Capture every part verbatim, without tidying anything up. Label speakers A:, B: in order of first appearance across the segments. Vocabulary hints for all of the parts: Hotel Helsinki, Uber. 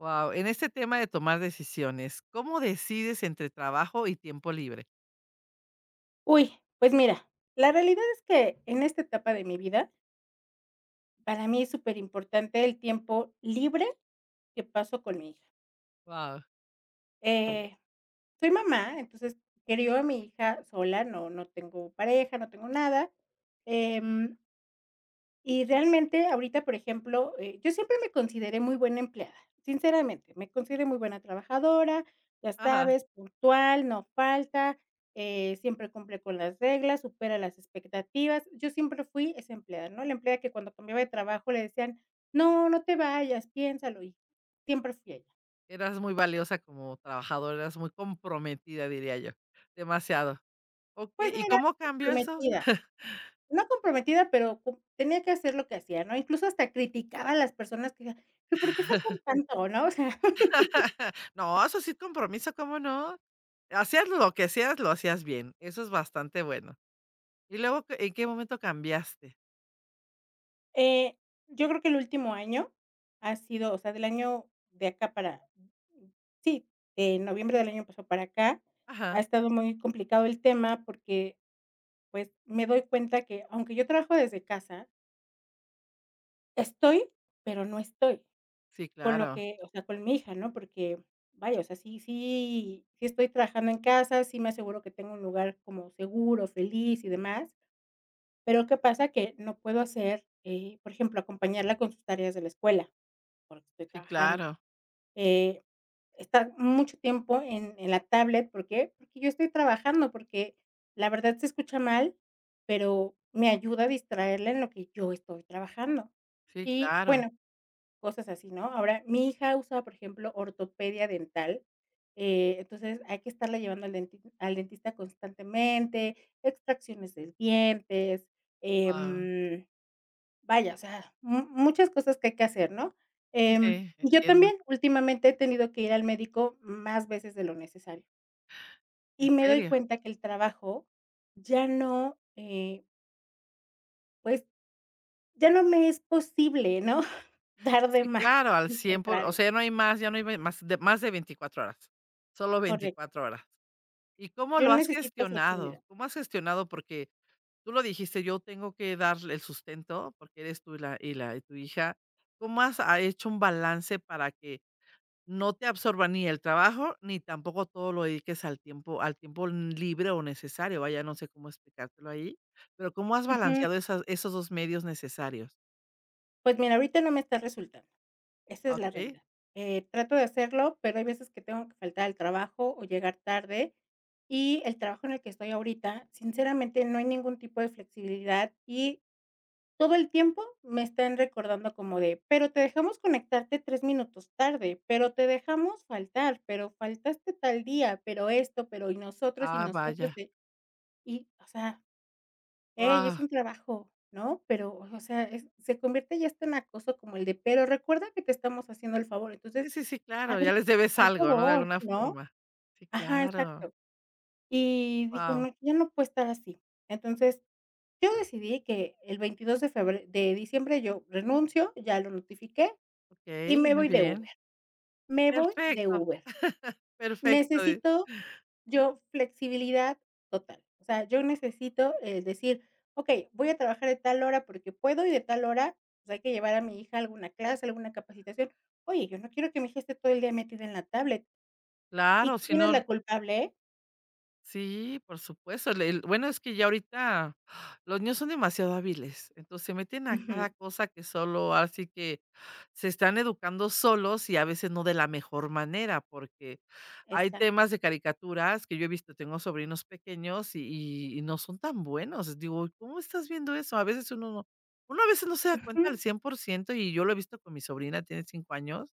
A: Wow, en este tema de tomar decisiones, ¿cómo decides entre trabajo y tiempo libre?
B: Uy, pues mira, la realidad es que en esta etapa de mi vida, para mí es súper importante el tiempo libre que paso con mi hija.
A: Wow.
B: Eh, Soy mamá, entonces crio a mi hija sola, no no tengo pareja, no tengo nada, em Y realmente ahorita, por ejemplo, eh, yo siempre me consideré muy buena empleada, sinceramente, me consideré muy buena trabajadora, ya
A: Ajá,
B: sabes, puntual, no falta, eh, siempre cumple con las reglas, supera las expectativas. Yo siempre fui esa empleada, ¿no? La empleada que cuando cambiaba de trabajo le decían, no, no te vayas, piénsalo, y siempre fui ella.
A: eras muy valiosa como trabajadora, eras muy comprometida, diría yo, demasiado. ¿Ok?
B: Pues
A: ¿Y
B: mira,
A: cómo
B: no
A: cambió eso?
B: comprometida, no comprometida, pero cum- tenía que hacer lo que hacía, ¿no? Incluso hasta criticaba a las personas que decían, "Pero ¿por qué faltan tanto, no?". O sea,
A: No, eso sí es compromiso, ¿cómo no? Hacías lo que hacías, lo hacías bien, eso es bastante bueno. ¿Y luego qué en qué momento cambiaste?
B: Eh, yo creo que el último año ha sido, o sea, del año de acá para sí, de noviembre del año pasado para acá,
A: Ajá.
B: ha estado muy complicado el tema porque, pues, me doy cuenta que, aunque yo trabajo desde casa, estoy, pero no estoy.
A: Sí,
B: Con lo
A: claro.
B: que, o sea, con mi hija, ¿no? Porque, vaya, o sea, sí, sí, sí estoy trabajando en casa, sí me aseguro que tengo un lugar como seguro, feliz y demás, pero ¿qué pasa? Que no puedo hacer, eh, por ejemplo, acompañarla con sus tareas de la escuela. Porque estoy
A: Sí,
B: trabajando.
A: claro.
B: Eh, Estar mucho tiempo en en la tablet, ¿por qué? Porque yo estoy trabajando, porque la verdad se escucha mal, pero me ayuda a distraerla en lo que yo estoy trabajando.
A: Sí,
B: Y
A: claro.
B: bueno, cosas así, ¿no? Ahora, mi hija usa, por ejemplo, ortopedia dental, eh, entonces hay que estarla llevando al denti al dentista constantemente, extracciones de dientes,
A: Guau.
B: em Vaya, o sea, mu muchas cosas que hay que hacer, ¿no?
A: Sí,
B: Em,
A: sí.
B: y yo
A: Entiendo.
B: también, últimamente he tenido que ir al médico más veces de lo necesario, y
A: ¿En
B: me doy
A: serio?
B: cuenta que el trabajo ya no, eh, pues, ya no me es posible, ¿no? Dar de
A: Sí,
B: más,
A: claro, al
B: al
A: cien por o
B: contrario,
A: sea, ya no hay más, ya no hay ve más de más de veinticuatro horas, solo
B: correcto.
A: veinticuatro horas. ¿Y cómo
B: Yo
A: lo has
B: necesito
A: gestionado?
B: flexibilidad.
A: ¿Cómo has gestionado? Porque tú lo dijiste, yo tengo que darle el sustento, porque eres tú y la y la y tu hija. ¿Cómo has, ah, hecho un balance para que no te absorba ni el trabajo, ni tampoco todo lo dediques al tiempo al tiempo libre o necesario? Vaya, no sé cómo explicártelo ahí, pero, ¿cómo has
B: Ujú.
A: balanceado esas esos dos medios necesarios?
B: Pues mira, ahorita no me está resultando. Esa
A: Ah,
B: es la
A: okey.
B: realidad. Eh, trato de hacerlo, pero hay veces que tengo que faltar al trabajo o llegar tarde. Y el trabajo en el que estoy ahorita, sinceramente, no hay ningún tipo de flexibilidad y todo el tiempo me están recordando como de, pero te dejamos conectarte tres minutos tarde, pero te dejamos faltar, pero faltaste tal día, pero esto, pero y nosotros y
A: Ah,
B: nosotros,
A: vaya.
B: de-". Y, o sea, hey,
A: Guau.
B: es un trabajo, ¿no? Pero, o sea, es- se convierte ya hasta en acoso como el de, pero recuerda que te estamos haciendo el favor. Entonces,
A: Sí, sí, sí,
B: a
A: claro, ya
B: ver,
A: les debes
B: ¿al
A: algo, ¿no?, de
B: favor?,
A: alguna
B: ¿no?
A: forma. Sí,
B: Ajá,
A: claro.
B: exacto. Y dijo:
A: Wow.
B: "No, ya no puedo estar así". Entonces, yo decidí que el veintidós de febrero de diciembre yo renuncio, ya lo notifiqué, y
A: Okey,
B: me
A: muy
B: voy de Uber.
A: bien.
B: Me voy de
A: Perfecto,
B: Uber.
A: perfecto, eh,
B: Necesito yo flexibilidad total. O sea, yo necesito, eh, decir: "Okey, voy a trabajar de tal hora porque puedo y de tal hora, pues, hay que llevar a mi hija a alguna clase, alguna capacitación". Oye, yo no quiero que mi hija esté todo el día metida en la tablet.
A: claro,
B: ¿Y
A: si
B: quién es
A: no.
B: la culpable?
A: Sí, por supuesto. Le El bueno, es que ya ahorita los niños son demasiado hábiles, entonces se meten a cada
B: Ujú,
A: cosa que solo así que se están educando solos y a veces no de la mejor manera, porque hay
B: exacto.
A: temas de caricaturas que yo he visto, tengo sobrinos pequeños y y y no son tan buenos. Digo: "¿Cómo estás viendo eso?". A veces uno no Uno a veces no se da
B: Ujú.
A: cuenta al cien por ciento y yo lo he visto con mi sobrina, tiene cinco años.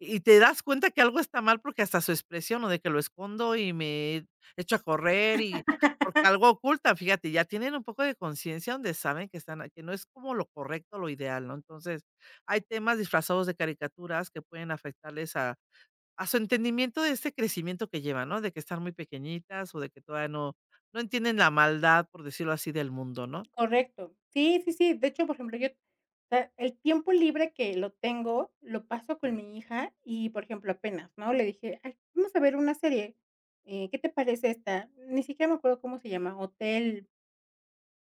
A: Y te das cuenta que algo está mal porque hasta su expresión, o de que lo escondo y me echo a correr y porque algo ocultan, fíjate, ya tienen un poco de conciencia donde saben que están que no es como lo correcto, lo ideal, ¿no? Entonces, hay temas disfrazados de caricaturas que pueden afectarles a a su entendimiento de este crecimiento que llevan, ¿no? De que están muy pequeñitas o de que todavía no no entienden la maldad, por decirlo así, del mundo, ¿no?
B: Correcto. Sí, sí, sí. De hecho, por ejemplo, yo, o sea, el tiempo libre que lo tengo, lo paso con mi hija y, por ejemplo, apenas, ¿no? Le dije: "Ay, vamos a ver una serie, eh, ¿qué te parece esta?". Ni siquiera me acuerdo cómo se llama, Hotel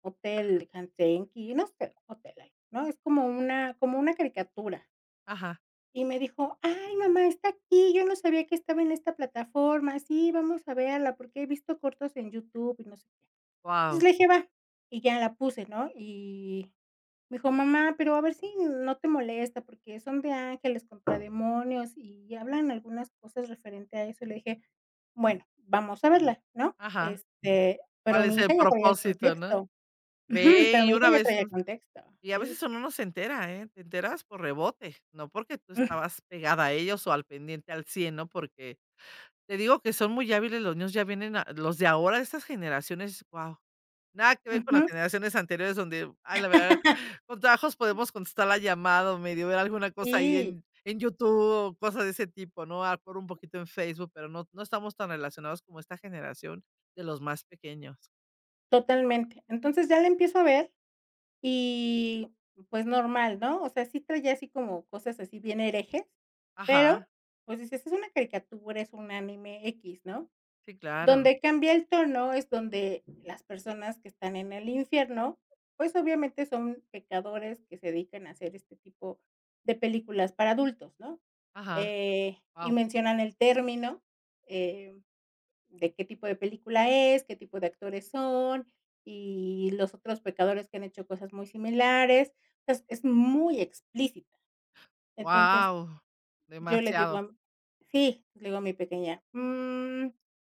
B: Hotel Helsinki, no sé, Hotel algo, ¿no? Es como una como una caricatura.
A: Ajá.
B: Y me dijo: "Ay, mamá, está aquí, yo no sabía que estaba en esta plataforma. Sí, vamos a verla, porque he visto cortos en YouTube y no sé qué". Entonces
A: Wow.
B: le dije: "Va", y ya la puse, ¿no? Y me dijo: "Mamá, pero a ver si no te molesta, porque son de ángeles contra demonios y hablan algunas cosas referente a eso". Y le dije: "Bueno, vamos a verla", ¿no?
A: Ajá.
B: Este, pero
A: ¿Cuál es
B: mi
A: el
B: hija ya traía el
A: propósito, no?
B: contexto. Ujú,
A: Ve
B: pero
A: y
B: mi hija
A: una
B: ya
A: vez
B: traía el contexto.
A: Y a
B: Sí.
A: veces uno no se entera, ¿eh? Te enteras por rebote, no porque tú
B: Ujú.
A: estabas pegada a ellos o al pendiente al cien, ¿no? Porque te digo que son muy hábiles los niños, ya vienen a- los de ahora, estas generaciones, wow. Nada que ver con las
B: Ujú.
A: generaciones anteriores donde, ay, la verdad, con trabajos podemos contestar la llamada o medio ver alguna cosa ahí
B: Sí,
A: en, en YouTube o cosas de ese tipo, ¿no? Ah, por un poquito en Facebook, pero no, no estamos tan relacionados como esta generación de los más pequeños.
B: totalmente. Entonces ya la empiezo a ver y, pues, normal, ¿no? O sea, sí traía así como cosas así bien herejes, pero,
A: Ajá.
B: pues, dices: "Es una caricatura, es un anime X", ¿no?
A: Sí, claro.
B: Donde cambia el tono es donde las personas que están en el infierno, pues, obviamente son pecadores que se dedican a hacer este tipo de películas para adultos, ¿no?
A: Ajá.
B: Eh, y
A: Wow.
B: mencionan el término, eh de qué tipo de película es, qué tipo de actores son, y los otros pecadores que han hecho cosas muy similares. Es es muy explícita. Entonces,
A: Wow,
B: yo le digo
A: demasiado.
B: a sí, le digo a mi pequeña: "Mm,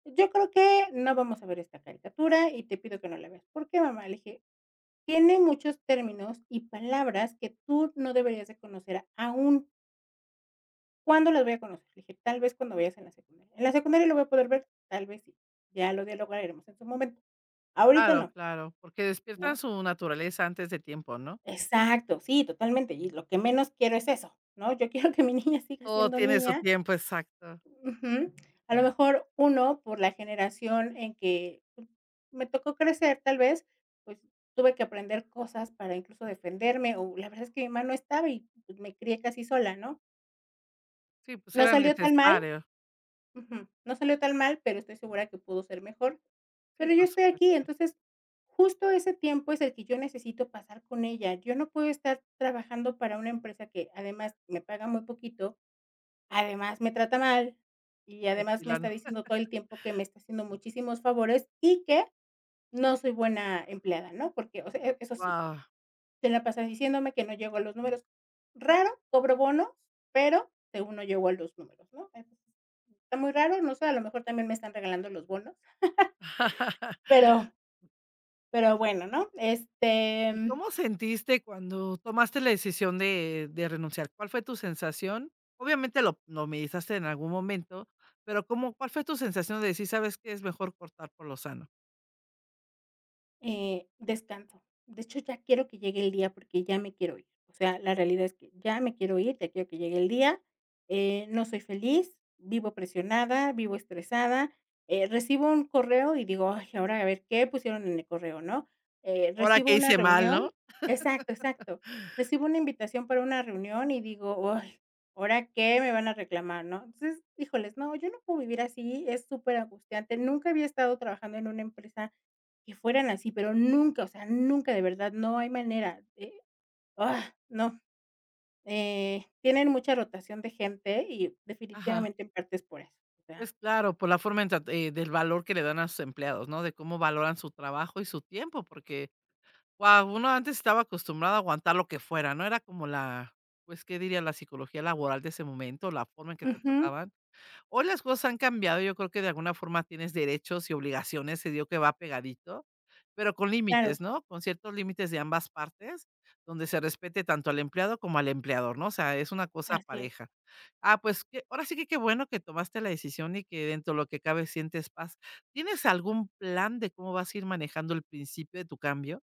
B: yo creo que no vamos a ver esta caricatura y te pido que no la veas". "¿Por qué, mamá?". Le dije: "Tiene muchos términos y palabras que tú no deberías de conocer aún". "¿Cuándo las voy a conocer?". Le dije: "Tal vez cuando vayas en la secundaria". "En la secundaria lo voy a poder ver". "Tal vez sí. Ya lo dialogaremos en su momento. Ahorita
A: Claro,
B: no,
A: claro, porque despiertan
B: ¿no?".
A: su naturaleza antes de tiempo, ¿no?
B: Exacto, sí, totalmente, y lo que menos quiero es eso, ¿no? Yo quiero que mi niña siga
A: Todo
B: siendo
A: tiene su
B: niña.
A: tiempo exacto.
B: Ujú. A lo mejor, uno, por la generación en que, pues, me tocó crecer, tal vez, pues, tuve que aprender cosas para incluso defenderme, o la verdad es que mi mamá no estaba y, pues, me crié casi sola, ¿no?
A: Sí, pues
B: No
A: era
B: salió tan mal.
A: necesario.
B: Ujú. No salió tan mal, pero estoy segura que pudo ser mejor.
A: Sí,
B: Pero yo
A: por
B: estoy aquí,
A: supuesto.
B: entonces, justo ese tiempo es el que yo necesito pasar con ella. Yo no puedo estar trabajando para una empresa que, además, me paga muy poquito, además me trata mal, y además me está
A: Depilan.
B: diciendo todo el tiempo que me está haciendo muchísimos favores y que no soy buena empleada, ¿no? Porque, o sea, e- eso sí.
A: Guau.
B: Te la pasas diciéndome que no llego a los números. Raro, cobro bonos, pero según no llego a los números, ¿no? Entonces, está muy raro, no sé, a lo mejor también me están regalando los bonos, pero pero bueno, ¿no? Este,
A: ¿Y cómo sentiste cuando tomaste la decisión de de renunciar? ¿Cuál fue tu sensación? Obviamente lo lo meditaste en algún momento, pero, ¿cómo cuál fue tu sensación de decir: "¿Sabes que es mejor cortar por lo sano"?
B: Eh, descanso. De hecho, ya quiero que llegue el día porque ya me quiero ir. O sea, la realidad es que ya me quiero ir, ya quiero que llegue el día. Eh, no soy feliz, vivo presionada, vivo estresada. Eh, recibo un correo y digo, ay, ahora a ver qué pusieron en el correo, ¿no? Eh,
A: ¿Ahora,
B: recibo
A: que
B: una
A: hice mal,
B: reunión.
A: no?
B: Exacto, exacto. Recibo una invitación para una reunión y digo, ay, ahora qué me van a reclamar, ¿no? Entonces, híjoles, no, yo no puedo vivir así, es súper angustiante. Nunca había estado trabajando en una empresa que fueran así, pero nunca, o sea, nunca, de verdad, no hay manera, eh, ah, no, eh, tienen mucha rotación de gente y
A: Ajá.
B: definitivamente en parte es por eso, o sea,
A: Pues claro, por la forma en trat eh, del valor que le dan a sus empleados, ¿no? De cómo valoran su trabajo y su tiempo, porque, guau, uno antes estaba acostumbrado a aguantar lo que fuera, ¿no? Era como la, pues, ¿qué diría? La psicología laboral de ese momento, la forma en que te
B: ujú,
A: trataban. Hoy las cosas han cambiado, yo creo que de alguna forma tienes derechos y obligaciones, se dio que va pegadito, pero con
B: claro,
A: límites, ¿no? Con ciertos límites de ambas partes, donde se respete tanto al empleado como al empleador, ¿no? O sea, es una cosa
B: así es.
A: pareja. Ah, pues que ahora sí que qué bueno que tomaste la decisión y que dentro de lo que cabe sientes paz. ¿Tienes algún plan de cómo vas a ir manejando el principio de tu cambio?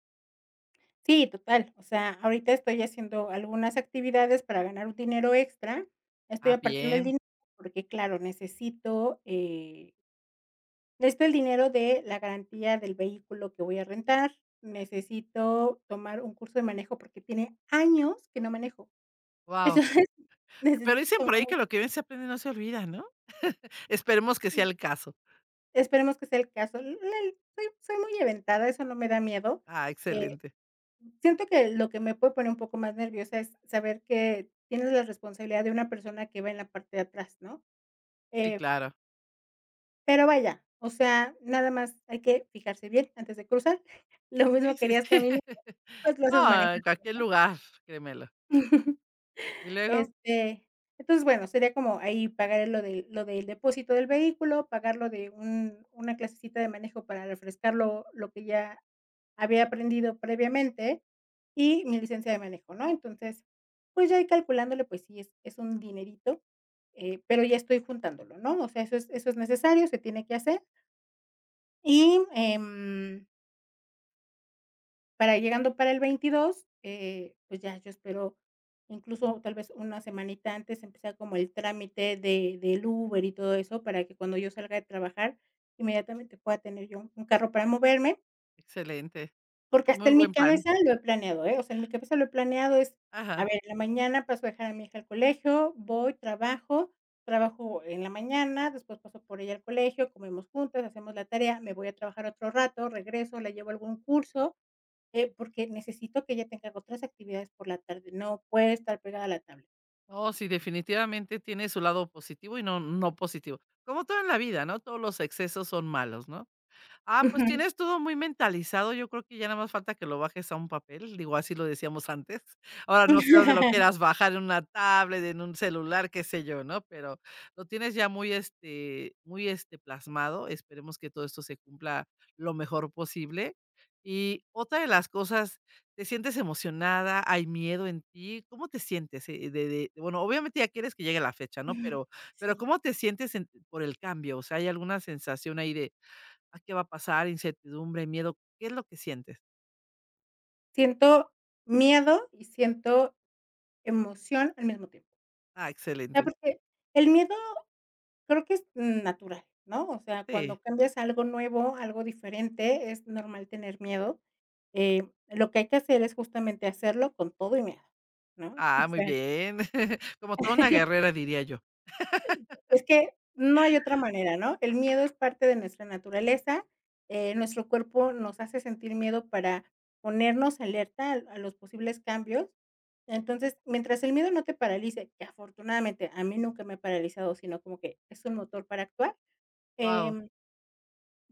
B: Sí, total, o sea, ahorita estoy haciendo algunas actividades para ganar un dinero extra, estoy
A: Ah,
B: apartando el
A: bien.
B: dinero porque, claro, necesito, eh, necesito el dinero de la garantía del vehículo que voy a rentar, necesito tomar un curso de manejo porque tiene años que no manejo,
A: Wow.
B: entonces
A: Pero
B: necesito
A: dicen
B: tomar
A: por ahí
B: un
A: que lo que bien se aprende no se olvida, ¿no? Esperemos que sea
B: sí,
A: el caso.
B: esperemos que sea el caso. L l soy soy muy aventada, eso no me da miedo.
A: Ah,
B: Eh,
A: excelente.
B: Siento que lo que me puede poner un poco más nerviosa es saber que tienes la responsabilidad de una persona que va en la parte de atrás, ¿no?
A: Sí,
B: Eh,
A: claro.
B: pero vaya, o sea, nada más hay que fijarse bien antes de cruzar. Lo mismo
A: Sí, sí,
B: querías
A: sí.
B: caminar, pues lo haces
A: No, en
B: manejando,
A: cualquier
B: ¿no?
A: lugar, créemelo. Y luego,
B: Este, entonces, bueno, sería como ahí pagar lo de lo del depósito del vehículo, pagar lo de un una clasecita de manejo para refrescar lo lo que ya había aprendido previamente y mi licencia de manejo, ¿no? Entonces, pues, ya ahí calculándole, pues sí, es es un dinerito, eh, pero ya estoy juntándolo, ¿no? O sea, eso es eso es necesario, se tiene que hacer y, em para llegando para el veintidós, eh, pues ya yo espero, incluso tal vez una semanita antes empezar como el trámite de del Uber y todo eso, para que cuando yo salga de trabajar, inmediatamente pueda tener yo un un carro para moverme,
A: excelente.
B: porque hasta
A: Muy
B: en mi
A: buen plan.
B: cabeza lo he planeado, ¿eh? O sea, en mi cabeza lo he planeado es, a
A: Ajá.
B: ver, en la mañana paso a dejar a mi hija al colegio, voy, trabajo, trabajo en la mañana, después paso por ella al colegio, comemos juntas, hacemos la tarea, me voy a trabajar otro rato, regreso, la llevo a algún curso, eh, porque necesito que ella tenga otras actividades por la tarde, no puede estar pegada a la tablet.
A: Oh, sí, definitivamente tiene su lado positivo y no no positivo. Como todo en la vida, ¿no? Todos los excesos son malos, ¿no? Ah,
B: Ujú.
A: pues tienes todo muy mentalizado, yo creo que ya nada más falta que lo bajes a un papel, digo, así lo decíamos antes. Ahora no sé dónde lo quieras bajar, en una tablet, en un celular, qué sé yo, ¿no? Pero lo tienes ya muy, este, muy, este, plasmado. Esperemos que todo esto se cumpla lo mejor posible. Y otra de las cosas, ¿te sientes emocionada? ¿Hay miedo en ti? ¿Cómo te sientes, eh, de de bueno, obviamente ya quieres que llegue la fecha, ¿no?
B: Ujú.
A: Pero pero,
B: Sí,
A: ¿cómo te sientes en por el cambio? O sea, ¿hay alguna sensación ahí de, a qué va a pasar? Incertidumbre, miedo, ¿qué es lo que sientes?
B: siento miedo y siento emoción al mismo tiempo.
A: Ah,
B: O sea,
A: excelente.
B: porque el miedo creo que es natural, ¿no? O sea,
A: Sí.
B: cuando cambias a algo nuevo, algo diferente, es normal tener miedo. Eh, lo que hay que hacer es justamente hacerlo con todo y miedo, ¿no?
A: Ah,
B: O
A: muy
B: sea,
A: bien. Como toda una guerrera, diría yo.
B: es que no hay otra manera, ¿no? El miedo es parte de nuestra naturaleza, eh, nuestro cuerpo nos hace sentir miedo para ponernos alerta al a los posibles cambios. Entonces, mientras el miedo no te paralice, que afortunadamente a mí nunca me ha paralizado, sino como que es un motor para actuar,
A: Wow.
B: em,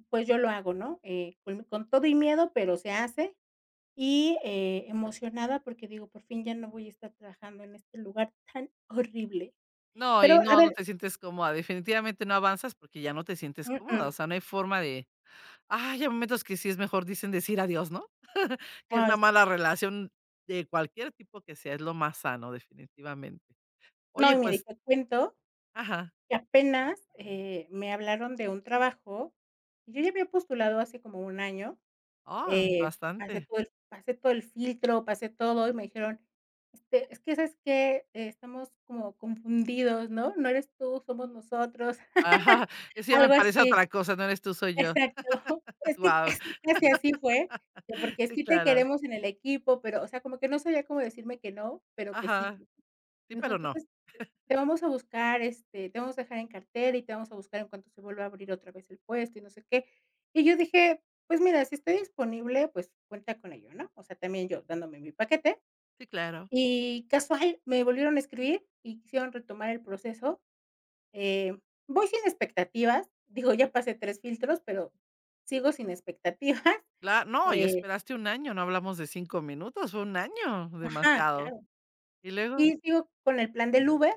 B: pues yo lo hago, ¿no? Eh, con con todo y miedo, pero se hace. Y, eh, emocionada porque digo: "Por fin ya no voy a estar trabajando en este lugar tan horrible".
A: No,
B: Pero,
A: y
B: a
A: no, no
B: ver,
A: te sientes cómoda. Definitivamente no avanzas porque ya no te sientes
B: mm,
A: cómoda. O
B: mm.
A: sea, no hay forma de. Ah, hay momentos que sí es mejor, dicen, decir adiós, ¿no? Que
B: Ay.
A: una mala relación de cualquier tipo que sea, es lo más sano, definitivamente.
B: No,
A: Oye,
B: y mira, y
A: pues,
B: te cuento
A: ajá.
B: que apenas, eh, me hablaron de un trabajo, y yo ya había postulado hace como un año,
A: Ah,
B: eh, pasé
A: bastante.
B: todo el pasé todo el filtro, pasé todo, y me dijeron: "Este, es que, ¿sabes que Estamos como confundidos, ¿no? No eres tú, somos nosotros".
A: Ajá, eso ya me
B: Algo
A: parece
B: así,
A: otra cosa, no eres tú, soy yo.
B: exacto. Es que
A: Wow.
B: casi, casi así fue, de porque
A: Sí,
B: sí te
A: claro.
B: queremos en el equipo, pero, o sea, como que no sabía cómo decirme que no, pero que
A: Ajá.
B: sí. Y
A: Sí,
B: me dijo:
A: pero no.
B: "Entonces, te te vamos a buscar, este, te vamos a dejar en cartera y te vamos a buscar en cuanto se vuelva a abrir otra vez el puesto", y no sé qué. Y yo dije: "Pues mira, si estoy disponible, pues cuenta con ello", ¿no? O sea, también yo dándome mi paquete.
A: Sí, claro.
B: Y casual, me volvieron a escribir y quisieron retomar el proceso. Eh, Voy sin expectativas, digo, ya pasé tres filtros, pero sigo sin expectativas.
A: Cla no, y
B: Eh,
A: esperaste un año, no hablamos de cinco minutos, fue un año,
B: ajá,
A: demasiado.
B: claro.
A: Y luego,
B: Y sigo con el plan del Uber.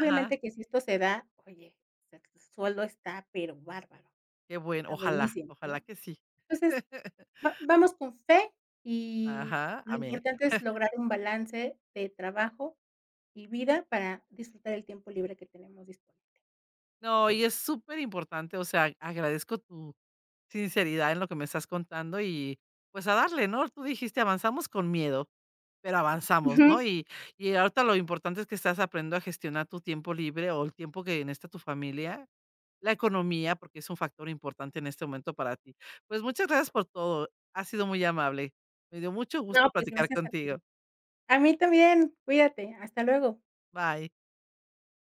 A: ajá,
B: que si esto se da, oye, el sueldo está, pero bárbaro,
A: qué bueno,
B: está
A: ojalá,
B: buenísimo,
A: ojalá
B: ¿no?
A: que sí.
B: Entonces, va vamos con fe y
A: Ajá,
B: lo
A: amén.
B: importante es lograr un balance de trabajo y vida para disfrutar el tiempo libre que tenemos disponible.
A: No, y es súper importante, o sea, agradezco tu sinceridad en lo que me estás contando y, pues, a darle, ¿no? Tú dijiste: "Avanzamos con miedo", pero avanzamos,
B: Ujú.
A: ¿no? Y y ahorita lo importante es que estás aprendiendo a gestionar tu tiempo libre o el tiempo que necesita tu familia. La economía, porque es un factor importante en este momento para ti. Pues muchas gracias por todo. Ha sido muy amable. Me dio mucho gusto
B: No, pues
A: platicar
B: gracias a ti.
A: contigo.
B: A mí también, cuídate, hasta luego.
A: Bye.